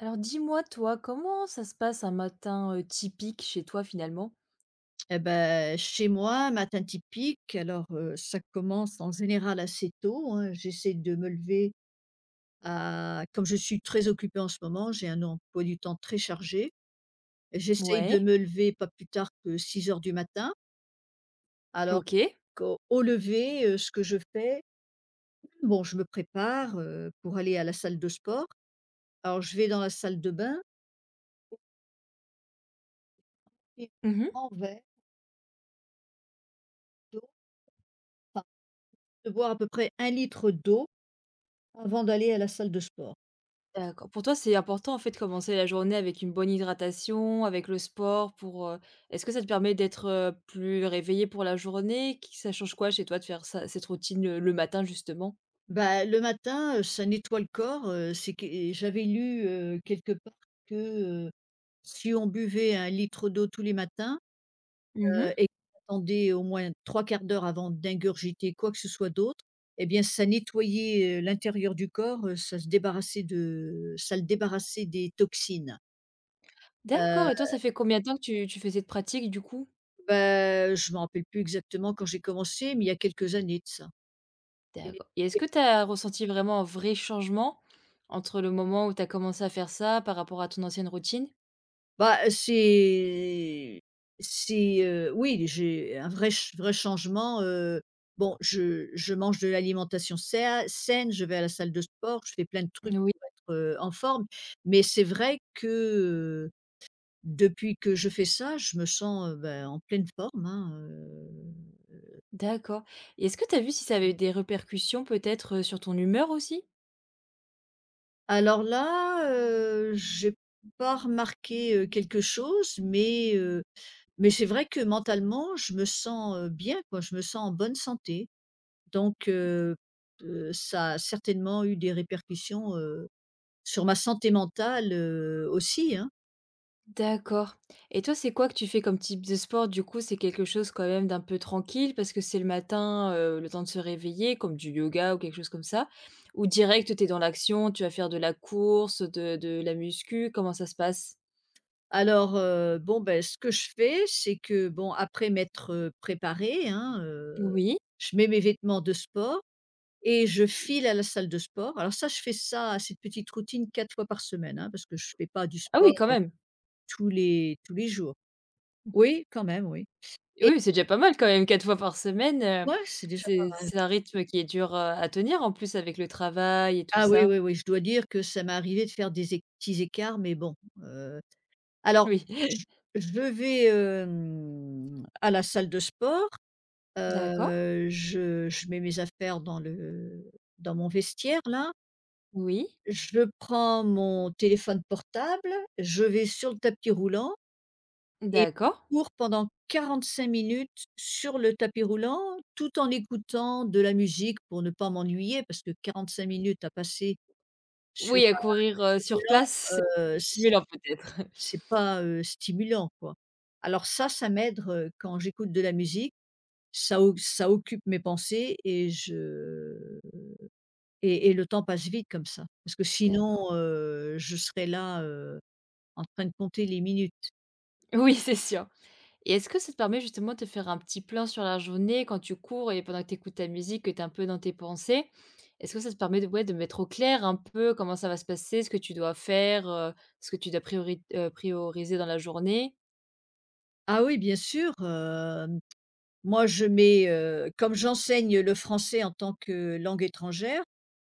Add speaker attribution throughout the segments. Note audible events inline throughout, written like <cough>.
Speaker 1: Alors dis-moi toi, comment ça se passe un matin, typique chez toi finalement?
Speaker 2: Eh bah, chez moi, matin typique, alors, ça commence en général assez tôt, hein. J'essaie de me lever à comme je suis très occupée en ce moment, j'ai un emploi du temps très chargé. J'essaie de
Speaker 1: Ouais,
Speaker 2: me lever pas plus tard que 6 heures du matin. Alors
Speaker 1: OK.
Speaker 2: qu'au au lever, ce que je fais, bon, je me prépare, pour aller à la salle de sport. Alors je vais dans la salle de bain et
Speaker 1: Mmh.
Speaker 2: en verre d'eau, enfin, de boire à peu près 1 litre d'eau avant d'aller à la salle de sport.
Speaker 1: D'accord. Pour toi, c'est important en fait de commencer la journée avec une bonne hydratation, avec le sport pour. Est-ce que ça te permet d'être, plus réveillé pour la journée? Qui ça change quoi chez toi de faire ça cette routine, le matin justement?
Speaker 2: Bah, le matin, ça nettoie le corps, c'est que et j'avais lu, quelque part que, heu, si on buvait 1 litre d'eau tous les matins,
Speaker 1: Mmh.
Speaker 2: et qu'on attendait au moins trois quarts d'heure avant d'ingurgiter quoi que ce soit d'autre, et bien ça nettoyait, l'intérieur du corps, ça se débarrassait de ça le débarrassait des toxines.
Speaker 1: D'accord
Speaker 2: Heu,
Speaker 1: et toi, ça fait combien de temps que tu fais cette pratique du coup?
Speaker 2: Bah, je m'en rappelle plus exactement quand j'ai commencé, mais il y a quelques années de ça. Et
Speaker 1: D'accord et est-ce que tu as ressenti vraiment un vrai changement entre le moment où tu as commencé à faire ça par rapport à ton ancienne routine?
Speaker 2: bah, oui, j'ai un vrai ch vrai changement, bon, je mange de l'alimentation sei saine, je vais à la salle de sport, je fais plein de trucs
Speaker 1: Oui.
Speaker 2: pour être, en forme. Mais c'est vrai que, heu, depuis que je fais ça, je me sens, bah, en pleine forme, hein.
Speaker 1: D'accord et est-ce que tu as vu si ça avait eu des répercussions peut-être, sur ton humeur aussi?
Speaker 2: Alors là, j'ai pas remarqué, quelque chose, mais c'est vrai que mentalement, je me sens, bien, quoi, je me sens en bonne santé. Donc ça a certainement eu des répercussions, sur ma santé mentale, aussi, hein.
Speaker 1: D'accord et toi, c'est quoi que tu fais comme type de sport? Du coup, c'est quelque chose quand même d'un peu tranquille parce que c'est le matin, le temps de se réveiller, comme du yoga ou quelque chose comme ça? Ou direct, tu es dans l'action, tu vas faire de la course, de la muscu, comment ça se passe?
Speaker 2: Alors, bon, ben, ce que je fais, c'est que, bon, après m'être, préparée, hein,
Speaker 1: Oui.
Speaker 2: je mets mes vêtements de sport et je file à la salle de sport. Alors ça, je fais ça, cette petite routine 4 fois par semaine, hein, parce que je fais pas du
Speaker 1: Ah
Speaker 2: sport
Speaker 1: oui, quand même.
Speaker 2: tous les jours. Oui, quand même, oui et
Speaker 1: Oui, c'est déjà pas mal quand même 4 fois par semaine,
Speaker 2: ouais, c'est déjà pas
Speaker 1: c'est
Speaker 2: mal.
Speaker 1: c'est un rythme qui est dur, à tenir en plus avec le travail et tout
Speaker 2: Ah oui,
Speaker 1: ça.
Speaker 2: oui, oui, je dois dire que ça m'est arrivé de faire des é petits écarts, mais bon, heu
Speaker 1: <laughs>
Speaker 2: alors,
Speaker 1: Oui.
Speaker 2: j je vais, à la salle de sport,
Speaker 1: D'accord.
Speaker 2: je mets mes affaires dans le dans mon vestiaire là,
Speaker 1: Oui.
Speaker 2: je prends mon téléphone portable, je vais sur le tapis roulant et
Speaker 1: D'accord.
Speaker 2: je cours pendant 45 minutes sur le tapis roulant, tout en écoutant de la musique pour ne pas m'ennuyer parce que 45 minutes à passer sur
Speaker 1: Oui, à
Speaker 2: un
Speaker 1: courir, sur
Speaker 2: roulant,
Speaker 1: place, c'est
Speaker 2: heu,
Speaker 1: plus stimulant peut-être. <laughs>
Speaker 2: c'est pas, stimulant, quoi. Alors ça m'aide, quand j'écoute de la musique, ça occupe mes pensées et je et le temps passe vite comme ça. Parce que sinon,
Speaker 1: D'accord.
Speaker 2: je serais là, en train de compter les minutes.
Speaker 1: Oui, c'est sûr et est-ce que ça te permet justement de te faire un petit plan sur la journée quand tu cours et pendant que tu écoutes ta musique, que tu es un peu dans tes pensées? Est-ce que ça te permet de ouais, de mettre au clair un peu comment ça va se passer, ce que tu dois faire, ce que tu dois prioriser dans la journée?
Speaker 2: Ah oui, bien sûr, moi je mets, comme j'enseigne le français en tant que langue étrangère.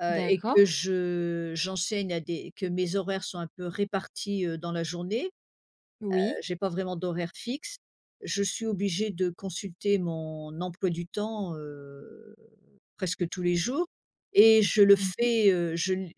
Speaker 2: Et
Speaker 1: D'accord.
Speaker 2: que je j'enseigne à des que mes horaires sont un peu répartis, dans la journée,
Speaker 1: Oui.
Speaker 2: j'ai pas vraiment d'horaire fixe. Je suis obligée de consulter mon emploi du temps, presque tous les jours et je le
Speaker 1: Mmh.
Speaker 2: fais, heu, je l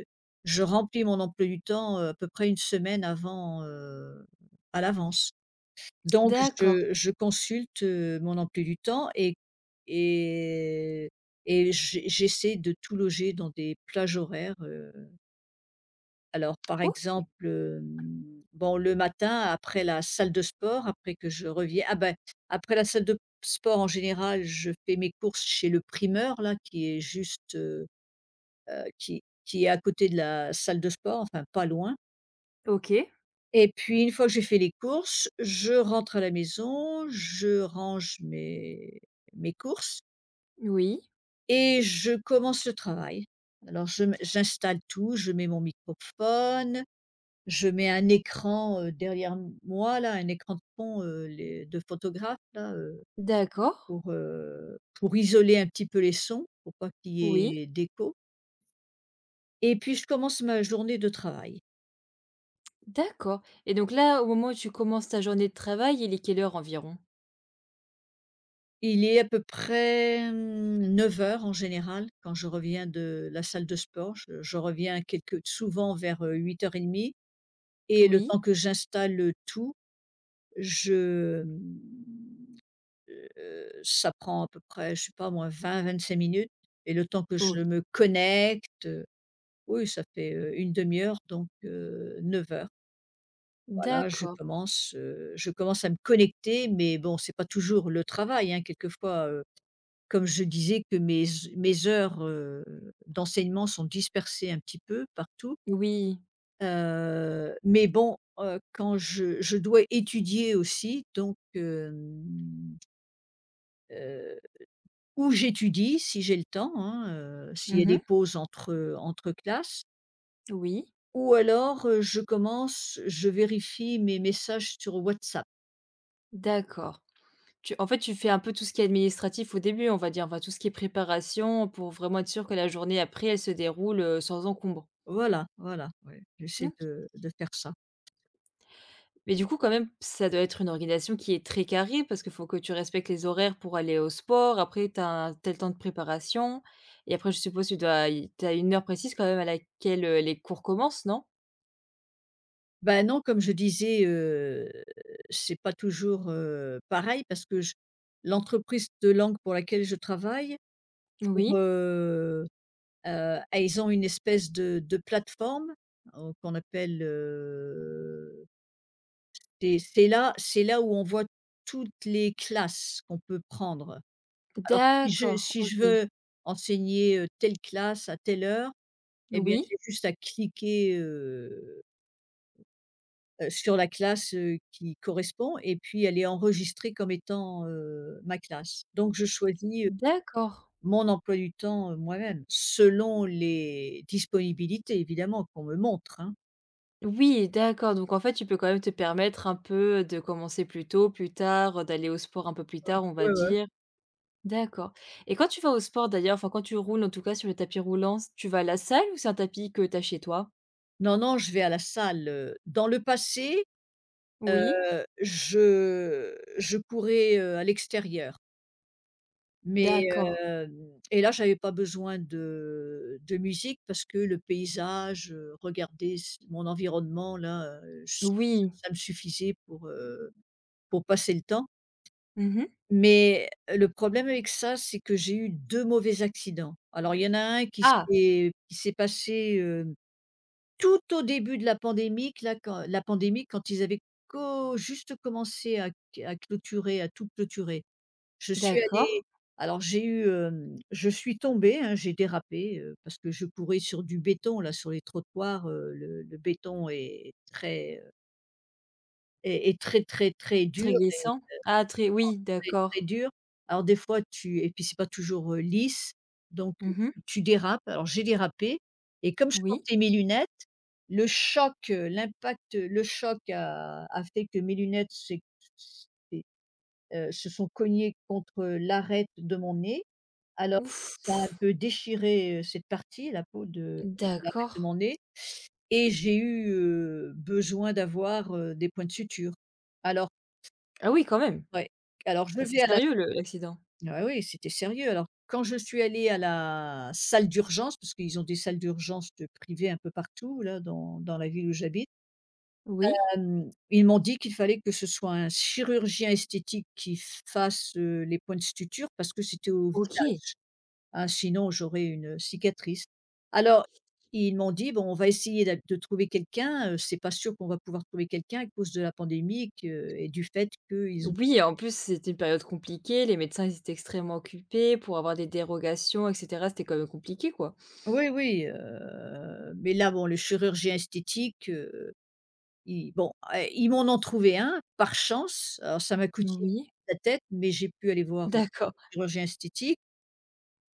Speaker 2: heu, je remplis mon emploi du temps, à peu près une semaine avant, à l'avance. Donc
Speaker 1: D'accord.
Speaker 2: je consulte, mon emploi du temps et et j'essaie de tout loger dans des plages horaires, alors par
Speaker 1: OK.
Speaker 2: exemple, bon le matin après la salle de sport, après que je revienne ah ben, après la salle de sport en général, je fais mes courses chez le primeur là qui est juste, qui est à côté de la salle de sport, enfin pas loin.
Speaker 1: OK.
Speaker 2: Et puis une fois que j'ai fait les courses, je rentre à la maison, je range mes courses
Speaker 1: Oui.
Speaker 2: et je commence le travail. Alors je mets j'installe tout, je mets mon microphone, je mets un écran, derrière m moi là, un écran de fond, les de photographe là,
Speaker 1: D'accord.
Speaker 2: pour isoler un petit peu les sons, pour pas qu'il y
Speaker 1: Oui.
Speaker 2: ait d'écho et puis je commence ma journée de travail.
Speaker 1: D'accord et donc là, au moment où tu commences ta journée de travail, il est quelle heure environ?
Speaker 2: Il est à peu près, 9 heures en général quand je reviens de la salle de sport. Je reviens quelque souvent vers, 8:30 et le temps
Speaker 1: Oui?
Speaker 2: que j'installe, tout, je, mmh, ça prend à peu près, je sais pas moi, 25 minutes et le temps que
Speaker 1: Oh.
Speaker 2: je me connecte, oui, ça fait, une demi heure donc 9 heures. Voilà,
Speaker 1: D'accord.
Speaker 2: je commence à me connecter mais bon, c'est pas toujours le travail, hein, quelquefois, comme je disais que mes heures, d'enseignement sont dispersées un petit peu partout,
Speaker 1: Oui.
Speaker 2: mais bon, quand je dois étudier aussi donc heu, ou j'étudie si j'ai le temps, hein, s'il y a des
Speaker 1: Mhm.
Speaker 2: pauses entre classes
Speaker 1: Oui.
Speaker 2: ou alors, je commence, je vérifie mes messages sur WhatsApp.
Speaker 1: D'accord. Tu fais un peu tout ce qui est administratif au début, on va dire, enfin tout ce qui est préparation pour vraiment être sûr que la journée après, elle se déroule, sans encombre.
Speaker 2: Voilà, voilà, ouais, j'essaie
Speaker 1: OK.
Speaker 2: de faire ça.
Speaker 1: Mais du coup, quand même, ça doit être une organisation qui est très carrée parce qu'il faut que tu respectes les horaires pour aller au sport. Après, tu as un tel temps de préparation et après, je suppose, tu dois y as une heure précise quand même à laquelle, les cours commencent, non?
Speaker 2: Ben non, comme je disais, c'est pas toujours, pareil parce que je l'entreprise de langue pour laquelle je travaille pour,
Speaker 1: Oui.
Speaker 2: ah, ils ont une espèce de plateforme, qu'on appelle, c'est là c'est là où on voit toutes les classes qu'on peut prendre. Alors
Speaker 1: D'accord,
Speaker 2: si je
Speaker 1: OK.
Speaker 2: veux enseigner, telle classe à telle heure, eh bien j'ai
Speaker 1: Oui.
Speaker 2: juste à cliquer, sur la classe, qui correspond et puis elle est enregistrée comme étant, ma classe. Donc je choisis,
Speaker 1: D'accord.
Speaker 2: mon emploi du temps, moi-même, selon les disponibilités évidemment qu'on me montre, hein.
Speaker 1: Oui, d'accord, donc en fait, tu peux quand même te permettre un peu de commencer plus tôt, plus tard, d'aller au sport un peu plus tard, on va
Speaker 2: Ouais, ouais.
Speaker 1: dire. D'accord et quand tu vas au sport d'ailleurs, enfin quand tu roules en tout cas sur le tapis roulant, tu vas à la salle ou c'est un tapis que tu as chez toi?
Speaker 2: Non, non, je vais à la salle, dans le passé, heu,
Speaker 1: Oui.
Speaker 2: je courais, à l'extérieur. Mais
Speaker 1: D'accord.
Speaker 2: hem et là, j'avais pas besoin de musique parce que le paysage, regarder s mon environnement là, ch
Speaker 1: Oui.
Speaker 2: ça me suffisait pour passer le temps.
Speaker 1: Mmh.
Speaker 2: Mais le problème avec ça, c'est que j'ai eu 2 mauvais accidents. Alors il y en a un
Speaker 1: Ah!
Speaker 2: qui s'est passé, tout au début de la pandémie que là quand la pandémie, quand ils avaient co juste commencé à clôturer, à tout clôturer. Je suis
Speaker 1: D'accord.
Speaker 2: allée alors j'ai eu, je suis tombée, hein, j'ai dérapé, parce que je courais sur du béton là, sur les trottoirs, le béton est très, est très, très, très
Speaker 1: Très
Speaker 2: dur,
Speaker 1: glissant. Ah très oui,
Speaker 2: très, très
Speaker 1: d'accord.
Speaker 2: dur. Alors des fois tu et puis c'est pas toujours, lisse, donc
Speaker 1: Mmh mh.
Speaker 2: tu dérapes. Alors j'ai dérapé et comme je
Speaker 1: Oui.
Speaker 2: portais mes lunettes, le choc, l'impact, le choc a fait que mes lunettes s'est se sont cognés contre l'arête de mon nez. Alors ça a un
Speaker 1: Ouf.
Speaker 2: peu déchiré, cette partie, la peau de l'arête de
Speaker 1: D'accord.
Speaker 2: mon nez et j'ai eu, besoin d'avoir, des points de suture. Alors
Speaker 1: Ah oui, quand même.
Speaker 2: ouais, alors je
Speaker 1: Ah c'est
Speaker 2: vais à la
Speaker 1: sérieux le l'accident.
Speaker 2: ah oui, c'était sérieux. Alors quand je suis allée à la salle d'urgence, parce qu'ils ont des salles d'urgence, de privées un peu partout là dans la ville où j'habite,
Speaker 1: Oui,
Speaker 2: ils m'ont dit qu'il fallait que ce soit un chirurgien esthétique qui fasse, les points de suture parce que c'était au
Speaker 1: OK.
Speaker 2: hein, sinon j'aurais une cicatrice. Alors, ils m'ont dit: «Bon, on va essayer d'a de trouver quelqu'un, c'est pas sûr qu'on va pouvoir trouver quelqu'un à cause de la pandémie que et du fait qu'ils ont»
Speaker 1: Oui, en plus, c'était une période compliquée, les médecins, ils étaient extrêmement occupés pour avoir des dérogations et cetera, c'était quand même compliqué, quoi.
Speaker 2: oui, oui, mais là, bon, le chirurgien esthétique, il bon, ah, ils m'en ont trouvé un par chance. Alors ça m'a coûté
Speaker 1: Oui,
Speaker 2: la tête, mais j'ai pu aller voir,
Speaker 1: d'accord.
Speaker 2: le chirurgien esthétique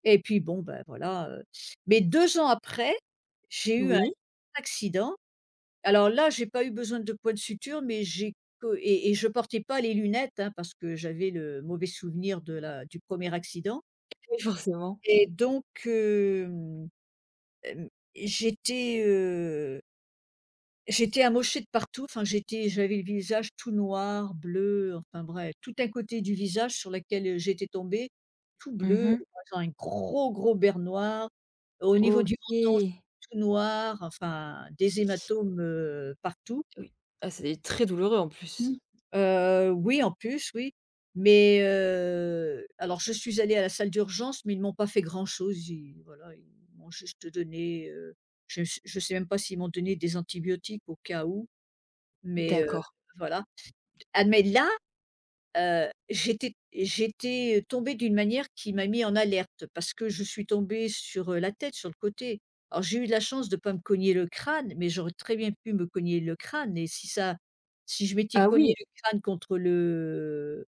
Speaker 2: et puis bon, ben, voilà, mais 2 ans après, j'ai eu un
Speaker 1: Oui,
Speaker 2: accident. Alors là, j'ai pas eu besoin de points de suture, mais j'ai que et je portais pas les lunettes, hein, parce que j'avais le mauvais souvenir de la du premier accident
Speaker 1: oui, forcément.
Speaker 2: et donc hem, j'étais, heu, j'étais amochée de partout, enfin j'avais le visage tout noir, bleu, enfin bref, tout un côté du visage sur lequel, j'étais tombée, tout bleu,
Speaker 1: Mmh.
Speaker 2: faisant un gros, gros beurre noir. Au niveau du menton, c'était
Speaker 1: OK.
Speaker 2: tout noir, enfin des hématomes, partout.
Speaker 1: Oui. Ah, c'est très douloureux, en
Speaker 2: Mmh.
Speaker 1: plus.
Speaker 2: Oui, en plus, oui, mais alors je suis allée à la salle d'urgence, mais ils m'ont pas fait grand-chose. Ils voilà, ils m'ont juste donné, je sais même pas s'ils m'ont donné des antibiotiques au cas où, mais
Speaker 1: D'accord.
Speaker 2: voilà. Ah mais là, j'étais tombée d'une manière qui m'a mis en alerte parce que je suis tombée sur, la tête, sur le côté. Alors j'ai eu de la chance de pas me cogner le crâne, mais j'aurais très bien pu me cogner le crâne et si ça si je m'étais
Speaker 1: Ah
Speaker 2: cogné
Speaker 1: oui,
Speaker 2: le crâne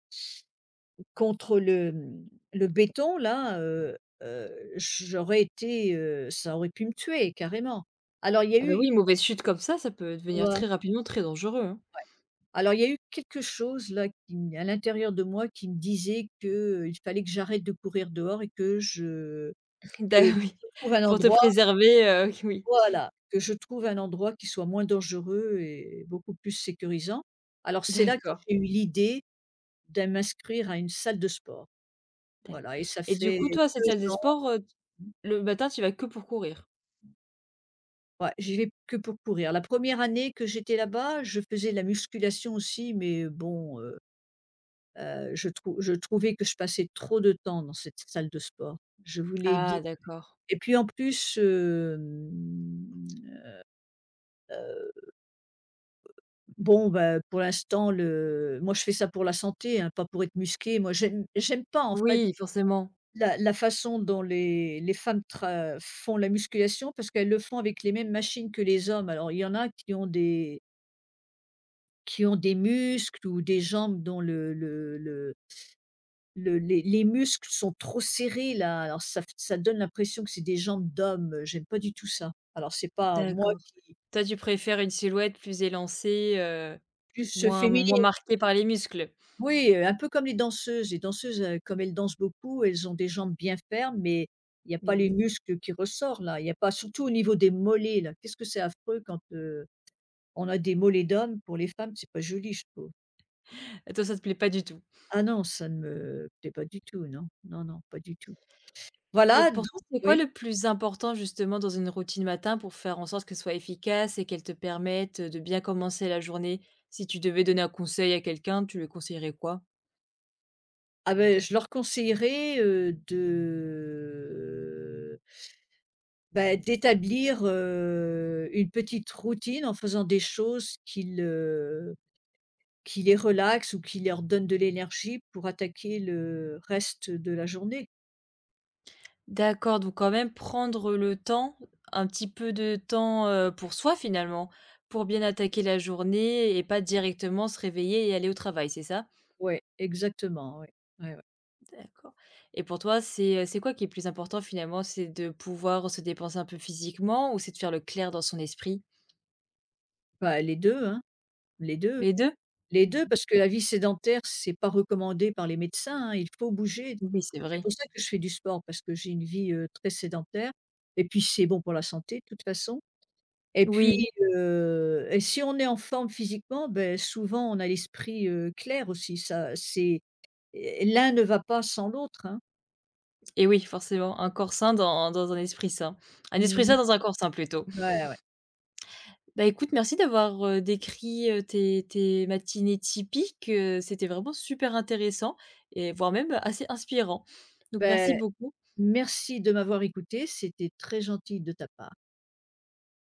Speaker 2: contre le, le béton là, heu, j'aurais été, ça aurait pu me tuer carrément. Alors il y a
Speaker 1: ah bah,
Speaker 2: eu
Speaker 1: oui, une mauvaise chute comme ça peut devenir très rapidement très dangereux, hein.
Speaker 2: alors il y a eu quelque chose là qui m à l'intérieur de moi qui me disait que, il fallait que j'arrête de courir dehors et
Speaker 1: <laughs> D'a
Speaker 2: que
Speaker 1: oui,
Speaker 2: je trouve un
Speaker 1: pour te
Speaker 2: endroit
Speaker 1: préserver, <laughs> oui.
Speaker 2: voilà, que je trouve un endroit qui soit moins dangereux et beaucoup plus sécurisant. Alors c'est là que
Speaker 1: D'accord,
Speaker 2: j'ai eu l'idée de m'inscrire à une salle de sport.
Speaker 1: d'accord
Speaker 2: Voilà et ça
Speaker 1: et du
Speaker 2: fait
Speaker 1: coup, toi, cette salle des
Speaker 2: 2 ans
Speaker 1: sports, le matin, tu vas que pour courir?
Speaker 2: ouais, j'y vais que pour courir. La première année que j'étais là-bas, je faisais de la musculation aussi mais bon, je trouvais que je passais trop de temps dans cette salle de sport. Je voulais
Speaker 1: Ah
Speaker 2: di
Speaker 1: d'accord.
Speaker 2: et puis en plus, heu, bon, bah, pour l'instant le moi je fais ça pour la santé, hein, pas pour être musqué. Moi j'aime pas en fait
Speaker 1: Oui, forcément.
Speaker 2: la façon dont les femmes tra font la musculation parce qu'elles le font avec les mêmes machines que les hommes. Alors il y en a qui ont des muscles ou des jambes dont le les muscles sont trop serrés là, alors ça donne l'impression que c'est des jambes d'homme. J'aime pas du tout ça. Alors c'est pas moi
Speaker 1: D'accord.
Speaker 2: qui
Speaker 1: Toi, tu préfères une silhouette plus élancée,
Speaker 2: plus,
Speaker 1: moins moins
Speaker 2: féminin
Speaker 1: marquée par les muscles?
Speaker 2: oui, un peu comme les danseuses. Les danseuses, comme elles dansent beaucoup, elles ont des jambes bien fermes, mais il n'y a pas
Speaker 1: Mais
Speaker 2: les
Speaker 1: oui.
Speaker 2: muscles qui ressortent là, il n'y a pas surtout au niveau des mollets là. Qu'est-ce que c'est affreux quand, on a des mollets d'hommes pour les femmes, c'est pas joli je trouve.
Speaker 1: Toi, ça te plaît pas du tout?
Speaker 2: Ah non, ça ne me plaît pas du tout, non. Non, non, pas du tout.
Speaker 1: Et
Speaker 2: Voilà donc
Speaker 1: pour toi, c'est quoi
Speaker 2: oui.
Speaker 1: le plus important justement dans une routine matin pour faire en sorte que ce soit efficace et qu'elle te permette de bien commencer la journée? Si tu devais donner un conseil à quelqu'un, tu lui conseillerais quoi?
Speaker 2: Ah ben je leur conseillerais, de bah, d'établir, une petite routine en faisant des choses qui le qui les relaxent ou qui leur donnent de l'énergie pour attaquer le reste de la journée.
Speaker 1: D'accord, donc quand même prendre le temps, un petit peu de temps, pour soi finalement, pour bien attaquer la journée et pas directement se réveiller et aller au travail, c'est ça?
Speaker 2: Ouais, exactement, ouais. Ouais, ouais.
Speaker 1: D'accord et pour toi, c'est quoi qui est plus important finalement? C'est de pouvoir se dépenser un peu physiquement ou c'est de faire le clair dans son esprit?
Speaker 2: Bah, les deux hein, les deux
Speaker 1: Les deux.
Speaker 2: les
Speaker 1: Mmh.
Speaker 2: deux parce que la vie sédentaire, c'est pas recommandé par les médecins, hein, il faut bouger.
Speaker 1: Oui, c'est
Speaker 2: C'est
Speaker 1: vrai.
Speaker 2: pour ça que je fais du sport parce que j'ai une vie, très sédentaire et puis c'est bon pour la santé de toute façon. Et
Speaker 1: Oui
Speaker 2: puis, et si on est en forme physiquement, ben souvent on a l'esprit, clair aussi. Ça c'est et l'un ne va pas sans l'autre, hein.
Speaker 1: et oui, forcément, un corps sain dans un esprit sain. Un esprit sain
Speaker 2: Mmh.
Speaker 1: dans un corps sain plutôt.
Speaker 2: Ouais, ouais.
Speaker 1: Bah, écoute, merci d'avoir, décrit, tes matinées typiques, c'était vraiment super intéressant et voire même assez inspirant. Donc merci
Speaker 2: Beh,
Speaker 1: beaucoup.
Speaker 2: merci de m'avoir écoutée, c'était très gentil de ta part.